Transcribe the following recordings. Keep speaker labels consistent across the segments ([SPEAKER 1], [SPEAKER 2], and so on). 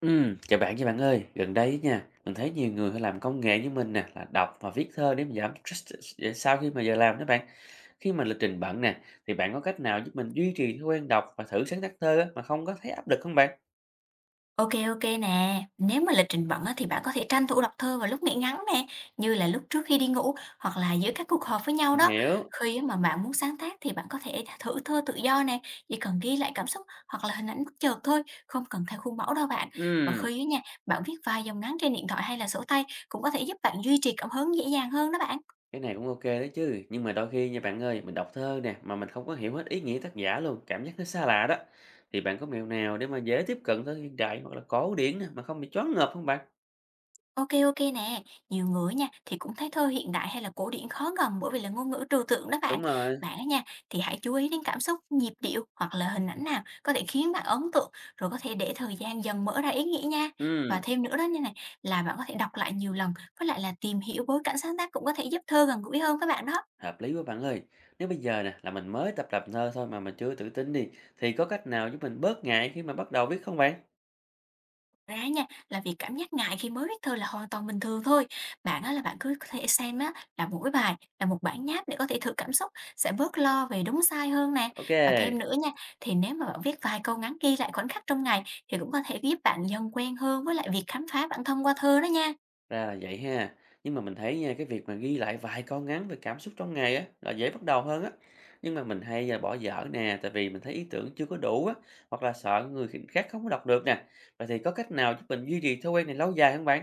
[SPEAKER 1] Chào bạn nha bạn ơi. Gần đây á nha, mình thấy nhiều người họ làm công nghệ như mình nè, là đọc và viết thơ để mà giảm stress để sau khi mà giờ làm đó bạn. Khi mà lịch trình bận nè, thì bạn có cách nào giúp mình duy trì thói quen đọc và thử sáng tác thơ á, mà không có thấy áp lực không bạn?
[SPEAKER 2] OK OK nè. Nếu mà lịch trình bận á, thì bạn có thể tranh thủ đọc thơ vào lúc nghỉ ngắn nè, như là lúc trước khi đi ngủ hoặc là giữa các cuộc họp với nhau
[SPEAKER 1] Mình
[SPEAKER 2] đó.
[SPEAKER 1] hiểu.
[SPEAKER 2] Khi á mà bạn muốn sáng tác thì bạn có thể thử thơ tự do nè, chỉ cần ghi lại cảm xúc hoặc là hình ảnh bất chợt thôi, không cần theo khuôn mẫu đâu bạn. Và
[SPEAKER 1] Ừ.
[SPEAKER 2] khi á nha, bạn viết vài dòng ngắn trên điện thoại hay là sổ tay cũng có thể giúp bạn duy trì cảm hứng dễ dàng hơn đó bạn.
[SPEAKER 1] Cái này cũng ok đấy chứ. Nhưng mà đôi khi nha bạn ơi, mình đọc thơ nè, mà mình không có hiểu hết ý nghĩa tác giả luôn, cảm giác nó xa lạ đó. Thì bạn có mẹo nào để mà dễ tiếp cận thơ hiện đại hoặc là cổ điển nè, mà không bị choáng ngợp không bạn?
[SPEAKER 2] OK OK nè. Nhiều người nha, thì cũng thấy thơ hiện đại hay là cổ điển khó gần bởi vì là ngôn ngữ trừu tượng đó bạn.
[SPEAKER 1] Đúng rồi.
[SPEAKER 2] Bạn á nha, thì hãy chú ý đến cảm xúc, nhịp điệu hoặc là hình ảnh nào có thể khiến bạn ấn tượng, rồi có thể để thời gian dần mở ra ý nghĩa nha. Và
[SPEAKER 1] Ừ.
[SPEAKER 2] thêm nữa đó như này, là bạn có thể đọc lại nhiều lần, với lại là tìm hiểu bối cảnh sáng tác cũng có thể giúp thơ gần gũi hơn các bạn đó.
[SPEAKER 1] Hợp lý quá bạn ơi. Nếu bây giờ nè là mình mới tập làm thơ thôi mà mình chưa tự tin đi thì có cách nào giúp mình bớt ngại khi mà bắt đầu viết không bạn?
[SPEAKER 2] Thật ra nha, là việc cảm giác ngại khi mới viết thơ là hoàn toàn bình thường thôi. Bạn á là bạn cứ có thể xem á là mỗi bài là một bản nháp để có thể thử cảm xúc, sẽ bớt lo về đúng sai hơn nè.
[SPEAKER 1] Ok,
[SPEAKER 2] Và thêm nữa nha, thì nếu mà bạn viết vài câu ngắn ghi lại khoảnh khắc trong ngày thì cũng có thể giúp bạn dần quen hơn với lại việc khám phá bản thân qua thơ đó nha.
[SPEAKER 1] ra là vậy ha. Nhưng mà mình thấy nha cái việc mà ghi lại vài câu ngắn về cảm xúc trong ngày á là dễ bắt đầu hơn á. Nhưng mà mình hay là bỏ dở nè tại vì mình thấy ý tưởng chưa có đủ á hoặc là sợ người khác không có đọc được nè. Vậy thì có cách nào giúp mình duy trì thói quen này lâu dài không bạn?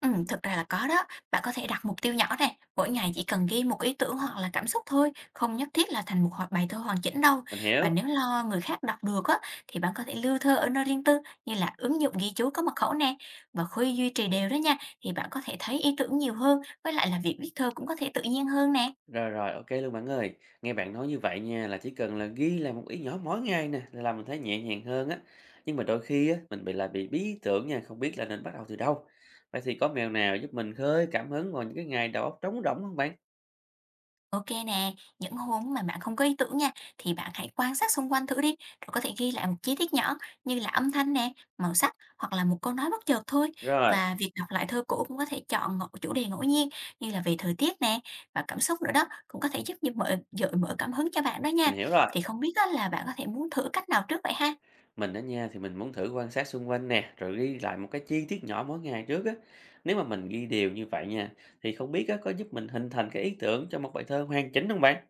[SPEAKER 2] Thực ra là có đó. Bạn có thể đặt mục tiêu nhỏ này mỗi ngày chỉ cần ghi một ý tưởng hoặc là cảm xúc thôi, không nhất thiết là thành một hoặc bài thơ hoàn chỉnh đâu.
[SPEAKER 1] Mình
[SPEAKER 2] Và
[SPEAKER 1] hiểu.
[SPEAKER 2] nếu lo người khác đọc được á, thì bạn có thể lưu thơ ở nơi riêng tư như là ứng dụng ghi chú có mật khẩu nè. Và khi duy trì đều đó nha, thì bạn có thể thấy ý tưởng nhiều hơn, với lại là việc viết thơ cũng có thể tự nhiên hơn nè.
[SPEAKER 1] Rồi, rồi, ok luôn bạn ơi. Nghe bạn nói như vậy nha, là chỉ cần là ghi lại một ý nhỏ mỗi ngày nè, là làm mình thấy nhẹ nhàng hơn á. Nhưng mà đôi khi á, mình bị bí ý tưởng nha, không biết là nên bắt đầu từ đâu. Vậy thì có mèo nào giúp mình khơi cảm hứng vào những cái ngày đầu óc trống rỗng không bạn?
[SPEAKER 2] OK nè, những hôm mà bạn không có ý tưởng nha, thì bạn hãy quan sát xung quanh thử đi, rồi có thể ghi lại một chi tiết nhỏ như là âm thanh nè, màu sắc hoặc là một câu nói bất chợt thôi.
[SPEAKER 1] Rồi,
[SPEAKER 2] Và việc đọc lại thơ cũ cũng có thể chọn chủ đề ngẫu nhiên như là về thời tiết nè và cảm xúc nữa đó, cũng có thể giúp như gợi mở cảm hứng cho bạn đó
[SPEAKER 1] mình
[SPEAKER 2] nha.
[SPEAKER 1] hiểu rồi.
[SPEAKER 2] Thì không biết á là bạn có thể muốn thử cách nào trước vậy ha?
[SPEAKER 1] Mình á nha, thì mình muốn thử quan sát xung quanh nè, rồi ghi lại một cái chi tiết nhỏ mỗi ngày trước á. Nếu mà mình ghi đều như vậy nha, thì không biết á, có giúp mình hình thành cái ý tưởng cho một bài thơ hoàn chỉnh không bạn?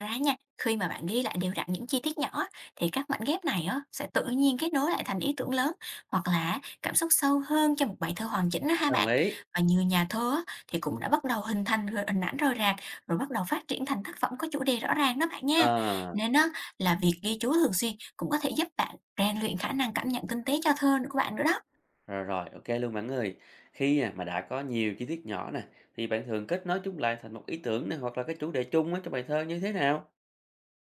[SPEAKER 2] Thật ra nha, khi mà bạn ghi lại đều đặn những chi tiết nhỏ á, thì các mảnh ghép này á, sẽ tự nhiên kết nối lại thành ý tưởng lớn hoặc là cảm xúc sâu hơn cho một bài thơ hoàn chỉnh đó ha
[SPEAKER 1] Đồng
[SPEAKER 2] bạn.
[SPEAKER 1] ý.
[SPEAKER 2] Và nhiều nhà thơ á, thì cũng đã bắt đầu hình thành rồi hình ảnh rời rạc rồi bắt đầu phát triển thành tác phẩm có chủ đề rõ ràng đó bạn nha.
[SPEAKER 1] Ờ.
[SPEAKER 2] Nên đó là việc ghi chú thường xuyên cũng có thể giúp bạn rèn luyện khả năng cảm nhận tinh tế cho thơ của bạn nữa đó.
[SPEAKER 1] Rồi, rồi, ô luôn bạn ơi. Khi, à, mà đã có nhiều chi tiết nhỏ nè, thì bạn thường kết nối chúng lại thành một ý tưởng này hoặc là cái chủ đề chung á trong bài thơ như thế nào?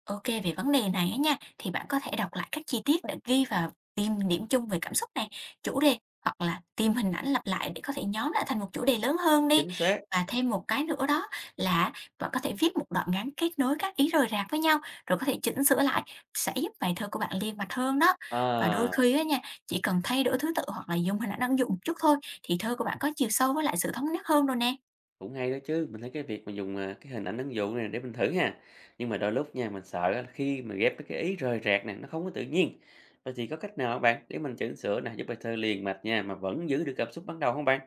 [SPEAKER 2] OK về vấn đề này á nha, thì bạn có thể đọc lại các chi tiết để ghi vào tìm điểm chung về cảm xúc này, chủ đề hoặc là tìm hình ảnh lặp lại để có thể nhóm lại thành một chủ đề lớn hơn đi.
[SPEAKER 1] Chính xác.
[SPEAKER 2] Và thêm một cái nữa đó là bạn có thể viết một đoạn ngắn kết nối các ý rời rạc với nhau, rồi có thể chỉnh sửa lại, sẽ giúp bài thơ của bạn liền mạch hơn đó. Và đôi
[SPEAKER 1] Ờ,
[SPEAKER 2] khi á nha, chỉ cần thay đổi thứ tự hoặc là dùng hình ảnh ứng dụng một chút thôi, thì thơ của bạn có chiều sâu với lại sự thống nhất hơn rồi nè.
[SPEAKER 1] cũng hay đó chứ, mình thấy cái việc mà dùng, à, cái hình ảnh ứng dụng này để mình thử ha. Nhưng mà đôi lúc nha, mình sợ á khi mà ghép mấy cái ý rời rạc này nó không có tự nhiên. Vậy thì có cách nào hả bạn để mình chỉnh sửa nè, giúp bài thơ liền mạch nha, mà vẫn giữ được cảm xúc ban đầu không bạn?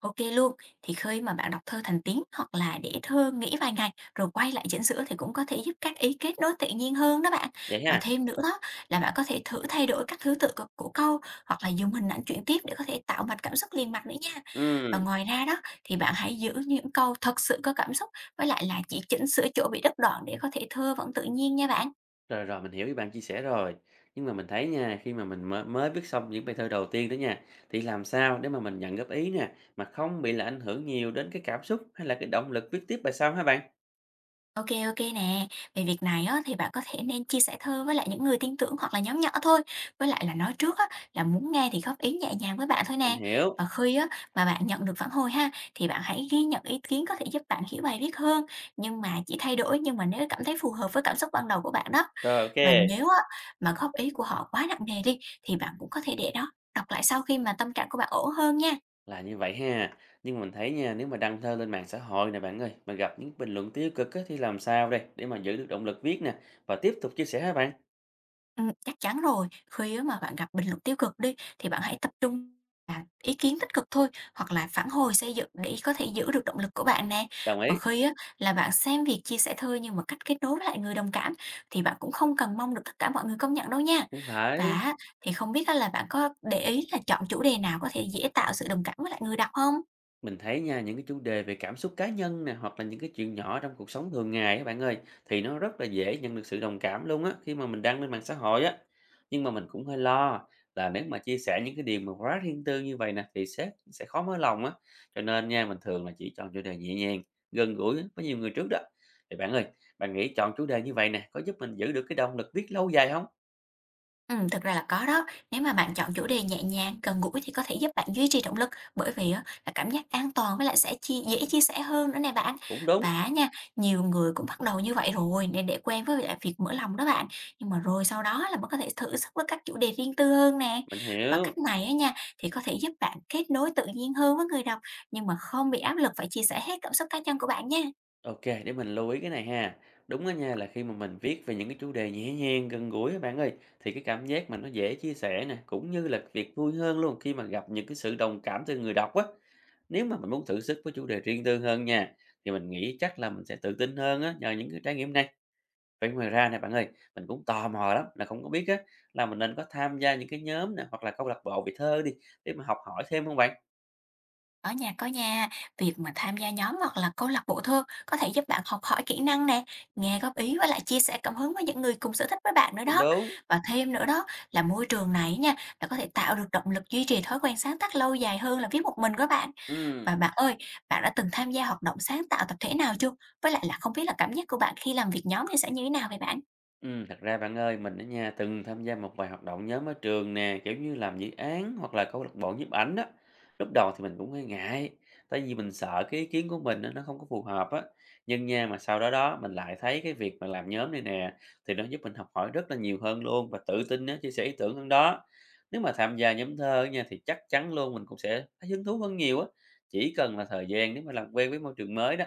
[SPEAKER 2] OK luôn. Thì khi mà bạn đọc thơ thành tiếng hoặc là để thơ nghỉ vài ngày rồi quay lại chỉnh sửa thì cũng có thể giúp các ý kết nối tự nhiên hơn đó bạn.
[SPEAKER 1] Vậy
[SPEAKER 2] Và
[SPEAKER 1] ha?
[SPEAKER 2] thêm nữa đó là bạn có thể thử thay đổi các thứ tự của câu hoặc là dùng hình ảnh chuyển tiếp để có thể tạo mạch cảm xúc liền mạch nữa nha. Và
[SPEAKER 1] Ừm.
[SPEAKER 2] ngoài ra đó thì bạn hãy giữ những câu thật sự có cảm xúc, với lại là chỉ chỉnh sửa chỗ bị đứt đoạn để có thể thơ vẫn tự nhiên nha bạn.
[SPEAKER 1] Rồi, rồi, mình hiểu ý bạn chia sẻ rồi. Nhưng mà mình thấy nha, khi mà mình mới mới viết xong những bài thơ đầu tiên đó nha, thì làm sao để mà mình nhận góp ý nè, mà không bị là ảnh hưởng nhiều đến cái cảm xúc hay là cái động lực viết tiếp bài sau hả bạn?
[SPEAKER 2] OK OK nè. Về việc này á, thì bạn có thể nên chia sẻ thơ với lại những người tin tưởng hoặc là nhóm nhỏ thôi, với lại là nói trước á, là muốn nghe thì góp ý nhẹ nhàng với bạn thôi
[SPEAKER 1] Mình
[SPEAKER 2] nè.
[SPEAKER 1] hiểu.
[SPEAKER 2] Và khi á, mà bạn nhận được phản hồi ha, thì bạn hãy ghi nhận ý kiến có thể giúp bạn hiểu bài viết hơn, nhưng mà chỉ thay đổi nhưng mà nếu cảm thấy phù hợp với cảm xúc ban đầu của bạn đó.
[SPEAKER 1] Rồi, OK,
[SPEAKER 2] Và nếu á, mà góp ý của họ quá nặng nề đi, thì bạn cũng có thể để đó, đọc lại sau khi mà tâm trạng của bạn ổn hơn nha.
[SPEAKER 1] là như vậy ha. Nhưng mà mình thấy nha, nếu mà đăng thơ lên mạng xã hội nè bạn ơi, mà gặp những bình luận tiêu cực á, thì làm sao đây để mà giữ được động lực viết nè và tiếp tục chia sẻ hả bạn?
[SPEAKER 2] Chắc chắn rồi. Khi á mà bạn gặp bình luận tiêu cực đi, thì bạn hãy tập trung vào ý kiến tích cực thôi, hoặc là phản hồi xây dựng để có thể giữ được động lực của bạn nè.
[SPEAKER 1] Đồng
[SPEAKER 2] Và
[SPEAKER 1] ý.
[SPEAKER 2] khi á là bạn xem việc chia sẻ thôi nhưng mà cách kết nối với lại người đồng cảm, thì bạn cũng không cần mong được tất cả mọi người công nhận đâu nha.
[SPEAKER 1] Cũng
[SPEAKER 2] Và
[SPEAKER 1] phải.
[SPEAKER 2] á thì không biết á là bạn có để ý là chọn chủ đề nào có thể dễ tạo sự đồng cảm với lại người đọc không?
[SPEAKER 1] Mình thấy nha, những cái chủ đề về cảm xúc cá nhân nè, hoặc là những cái chuyện nhỏ trong cuộc sống thường ngày các bạn ơi, thì nó rất là dễ nhận được sự đồng cảm luôn á, khi mà mình đăng lên mạng xã hội á. Nhưng mà mình cũng hơi lo là nếu mà chia sẻ những cái điều mà quá riêng tư như vậy nè, thì sếp sẽ khó mở lòng á. Cho nên nha, mình thường là chỉ chọn chủ đề nhẹ nhàng, gần gũi á, với nhiều người trước đó. Thì bạn ơi, bạn nghĩ chọn chủ đề như vậy nè, có giúp mình giữ được cái động lực viết lâu dài không?
[SPEAKER 2] Thực ra là có đó. Nếu mà bạn chọn chủ đề nhẹ nhàng, gần gũi thì có thể giúp bạn duy trì động lực, bởi vì á là cảm giác an toàn với lại sẽ dễ chia sẻ hơn nữa nè bạn.
[SPEAKER 1] Cũng đúng,
[SPEAKER 2] Và nha, nhiều người cũng bắt đầu như vậy rồi nên để quen với lại việc mở lòng đó bạn, nhưng mà rồi sau đó là bạn có thể thử sức với các chủ đề riêng tư hơn nè.
[SPEAKER 1] mình
[SPEAKER 2] Và
[SPEAKER 1] hiểu.
[SPEAKER 2] cách này á nha, thì có thể giúp bạn kết nối tự nhiên hơn với người đọc, nhưng mà không bị áp lực phải chia sẻ hết cảm xúc cá nhân của bạn nha.
[SPEAKER 1] OK, để mình lưu ý cái này ha. Đúng á nha, là khi mà mình viết về những cái chủ đề nhẹ nhàng, gần gũi á bạn ơi, thì cái cảm giác mà nó dễ chia sẻ nè, cũng như là việc vui hơn luôn khi mà gặp những cái sự đồng cảm từ người đọc á. Nếu mà mình muốn thử sức với chủ đề riêng tư hơn nha, thì mình nghĩ chắc là mình sẽ tự tin hơn á, nhờ những cái trải nghiệm này. Vậy ngoài ra nè bạn ơi, mình cũng tò mò lắm, là không có biết á, là mình nên có tham gia những cái nhóm nè, hoặc là câu lạc bộ về thơ đi, để mà học hỏi thêm không bạn?
[SPEAKER 2] Ở nhà có nha. Việc mà tham gia nhóm hoặc là câu lạc bộ thơ có thể giúp bạn học hỏi kỹ năng nè, nghe góp ý và lại chia sẻ cảm hứng với những người cùng sở thích với bạn nữa
[SPEAKER 1] Cũng
[SPEAKER 2] đó.
[SPEAKER 1] đúng.
[SPEAKER 2] Và thêm nữa đó là môi trường này nha, là có thể tạo được động lực duy trì thói quen sáng tác lâu dài hơn là viết một mình của bạn.
[SPEAKER 1] Ừm.
[SPEAKER 2] Và bạn ơi, bạn đã từng tham gia hoạt động sáng tạo tập thể nào chưa? Với lại là không biết là cảm giác của bạn khi làm việc nhóm thì sẽ như thế nào vậy bạn?
[SPEAKER 1] Thật ra bạn ơi, mình á nha, từng tham gia một vài hoạt động nhóm ở trường nè, kiểu như làm dự án hoặc là câu lạc bộ nhiếp ảnh á. Lúc đầu thì mình cũng hơi ngại, tại vì mình sợ cái ý kiến của mình á, nó không có phù hợp á. Nhưng nha, mà sau đó đó mình lại thấy cái việc mà làm nhóm này nè, thì nó giúp mình học hỏi rất là nhiều hơn luôn và tự tin á, chia sẻ ý tưởng hơn đó. Nếu mà tham gia nhóm thơ nha, thì chắc chắn luôn mình cũng sẽ thấy hứng thú hơn nhiều á. Chỉ cần là thời gian nếu mà làm quen với môi trường mới đó.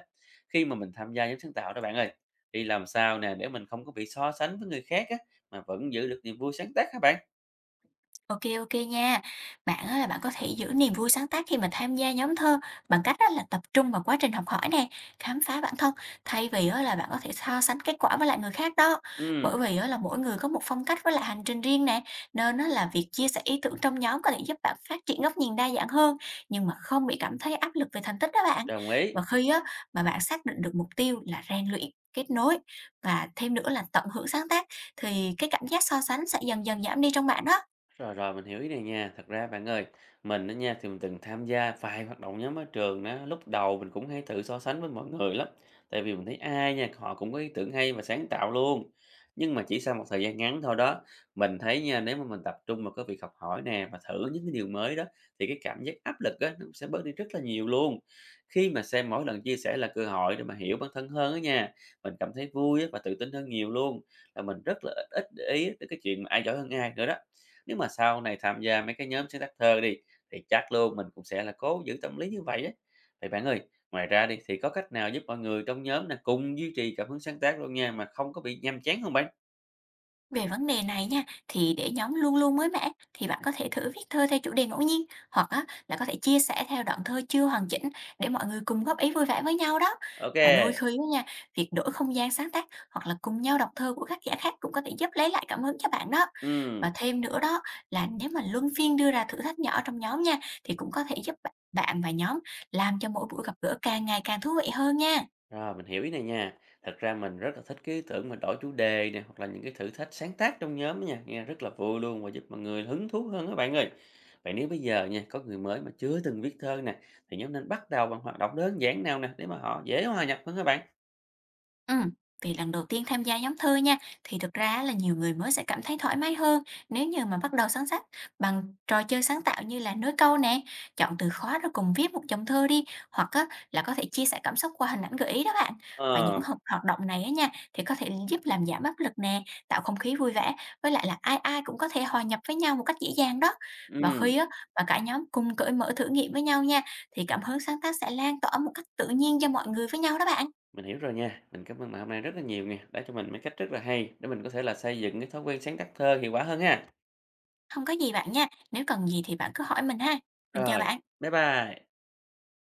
[SPEAKER 1] Khi mà mình tham gia nhóm sáng tạo đó bạn ơi thì làm sao nè để mình không có bị so sánh với người khác á, mà vẫn giữ được niềm vui sáng tác các bạn?
[SPEAKER 2] OK OK nha. Bạn á là bạn có thể giữ niềm vui sáng tác khi mà tham gia nhóm thơ bằng cách á là tập trung vào quá trình học hỏi nè, khám phá bản thân, thay vì á là bạn có thể so sánh kết quả với lại người khác đó.
[SPEAKER 1] Ừm,
[SPEAKER 2] Bởi vì á là mỗi người có một phong cách với lại hành trình riêng nè, nên á là việc chia sẻ ý tưởng trong nhóm có thể giúp bạn phát triển góc nhìn đa dạng hơn, nhưng mà không bị cảm thấy áp lực về thành tích đó bạn.
[SPEAKER 1] đồng ý.
[SPEAKER 2] Và khi á mà bạn xác định được mục tiêu là rèn luyện, kết nối và thêm nữa là tận hưởng sáng tác thì cái cảm giác so sánh sẽ dần dần giảm đi trong bạn đó.
[SPEAKER 1] Rồi, rồi, mình hiểu ý này nha. Thật ra bạn ơi, mình đó nha, thì mình từng tham gia vài hoạt động nhóm ở trường đó lúc đầu mình cũng hay tự so sánh với mọi người lắm. Tại vì mình thấy ai nha, họ cũng có ý tưởng hay và sáng tạo luôn. Nhưng mà chỉ sau một thời gian ngắn thôi đó, mình thấy nha, nếu mà mình tập trung vào cái việc học hỏi nè và thử những cái điều mới đó, thì cái cảm giác áp lực á, nó cũng sẽ bớt đi rất là nhiều luôn. Khi mà xem mỗi lần chia sẻ là cơ hội để mà hiểu bản thân hơn á nha, mình cảm thấy vui á và tự tin hơn nhiều luôn. Là mình rất là ít ít để ý tới cái chuyện mà ai giỏi hơn ai nữa đó nếu mà sau này tham gia mấy cái nhóm sáng tác thơ đi, thì chắc luôn mình cũng sẽ là cố giữ tâm lý như vậy á. Vậy bạn ơi, ngoài ra đi thì có cách nào giúp mọi người trong nhóm nè, cùng duy trì cảm hứng sáng tác luôn nha, mà không có bị nhàm chán không bạn?
[SPEAKER 2] Về vấn đề này nha, thì để nhóm luôn luôn mới mẻ thì bạn có thể thử viết thơ theo chủ đề ngẫu nhiên hoặc á, là có thể chia sẻ theo đoạn thơ chưa hoàn chỉnh để mọi người cùng góp ý vui vẻ với nhau đó.
[SPEAKER 1] Ok,
[SPEAKER 2] Và
[SPEAKER 1] kê,
[SPEAKER 2] đôi khi á nha, việc đổi không gian sáng tác hoặc là cùng nhau đọc thơ của các giả khác cũng có thể giúp lấy lại cảm hứng cho bạn đó. Và thêm nữa đó là nếu mà luân phiên đưa ra thử thách nhỏ trong nhóm nha thì cũng có thể giúp bạn bạn và nhóm làm cho mỗi buổi gặp gỡ càng ngày càng thú vị hơn nha.
[SPEAKER 1] rồi mình hiểu ý này nha. Thật ra mình rất là thích cái ý tưởng mà đổi chủ đề nè, hoặc là những cái thử thách sáng tác trong nhóm á nha, nghe rất là vui luôn và giúp mọi người hứng thú hơn á bạn ơi. Vậy nếu bây giờ nha, có người mới mà chưa từng viết thơ nè, thì nhóm nên bắt đầu bằng hoạt động đơn giản nào nè, để mà họ dễ hòa nhập hơn các bạn?
[SPEAKER 2] Ừm, vì lần đầu tiên tham gia nhóm thơ nha, thì thực ra là nhiều người mới sẽ cảm thấy thoải mái hơn nếu như mà bắt đầu sáng tác bằng trò chơi sáng tạo như là nối câu nè, chọn từ khó rồi cùng viết một dòng thơ đi, hoặc á, là có thể chia sẻ cảm xúc qua hình ảnh gợi ý đó bạn. Và những
[SPEAKER 1] Ờ.
[SPEAKER 2] hoạt hoạt động này á nha, thì có thể giúp làm giảm áp lực nè, tạo không khí vui vẻ, với lại là ai ai cũng có thể hòa nhập với nhau một cách dễ dàng đó. Và
[SPEAKER 1] Ừm,
[SPEAKER 2] khi á, mà cả nhóm cùng cởi mở thử nghiệm với nhau nha, thì cảm hứng sáng tác sẽ lan tỏa một cách tự nhiên cho mọi người với nhau đó bạn.
[SPEAKER 1] mình hiểu rồi nha. Mình cảm ơn bạn hôm nay rất là nhiều nè, đã cho mình mấy cách rất là hay để mình có thể là xây dựng cái thói quen sáng tác thơ hiệu quả hơn ha.
[SPEAKER 2] Không có gì bạn nha, nếu cần gì thì bạn cứ hỏi mình ha. Mình chào
[SPEAKER 1] Rồi,
[SPEAKER 2] bạn.
[SPEAKER 1] bye bye.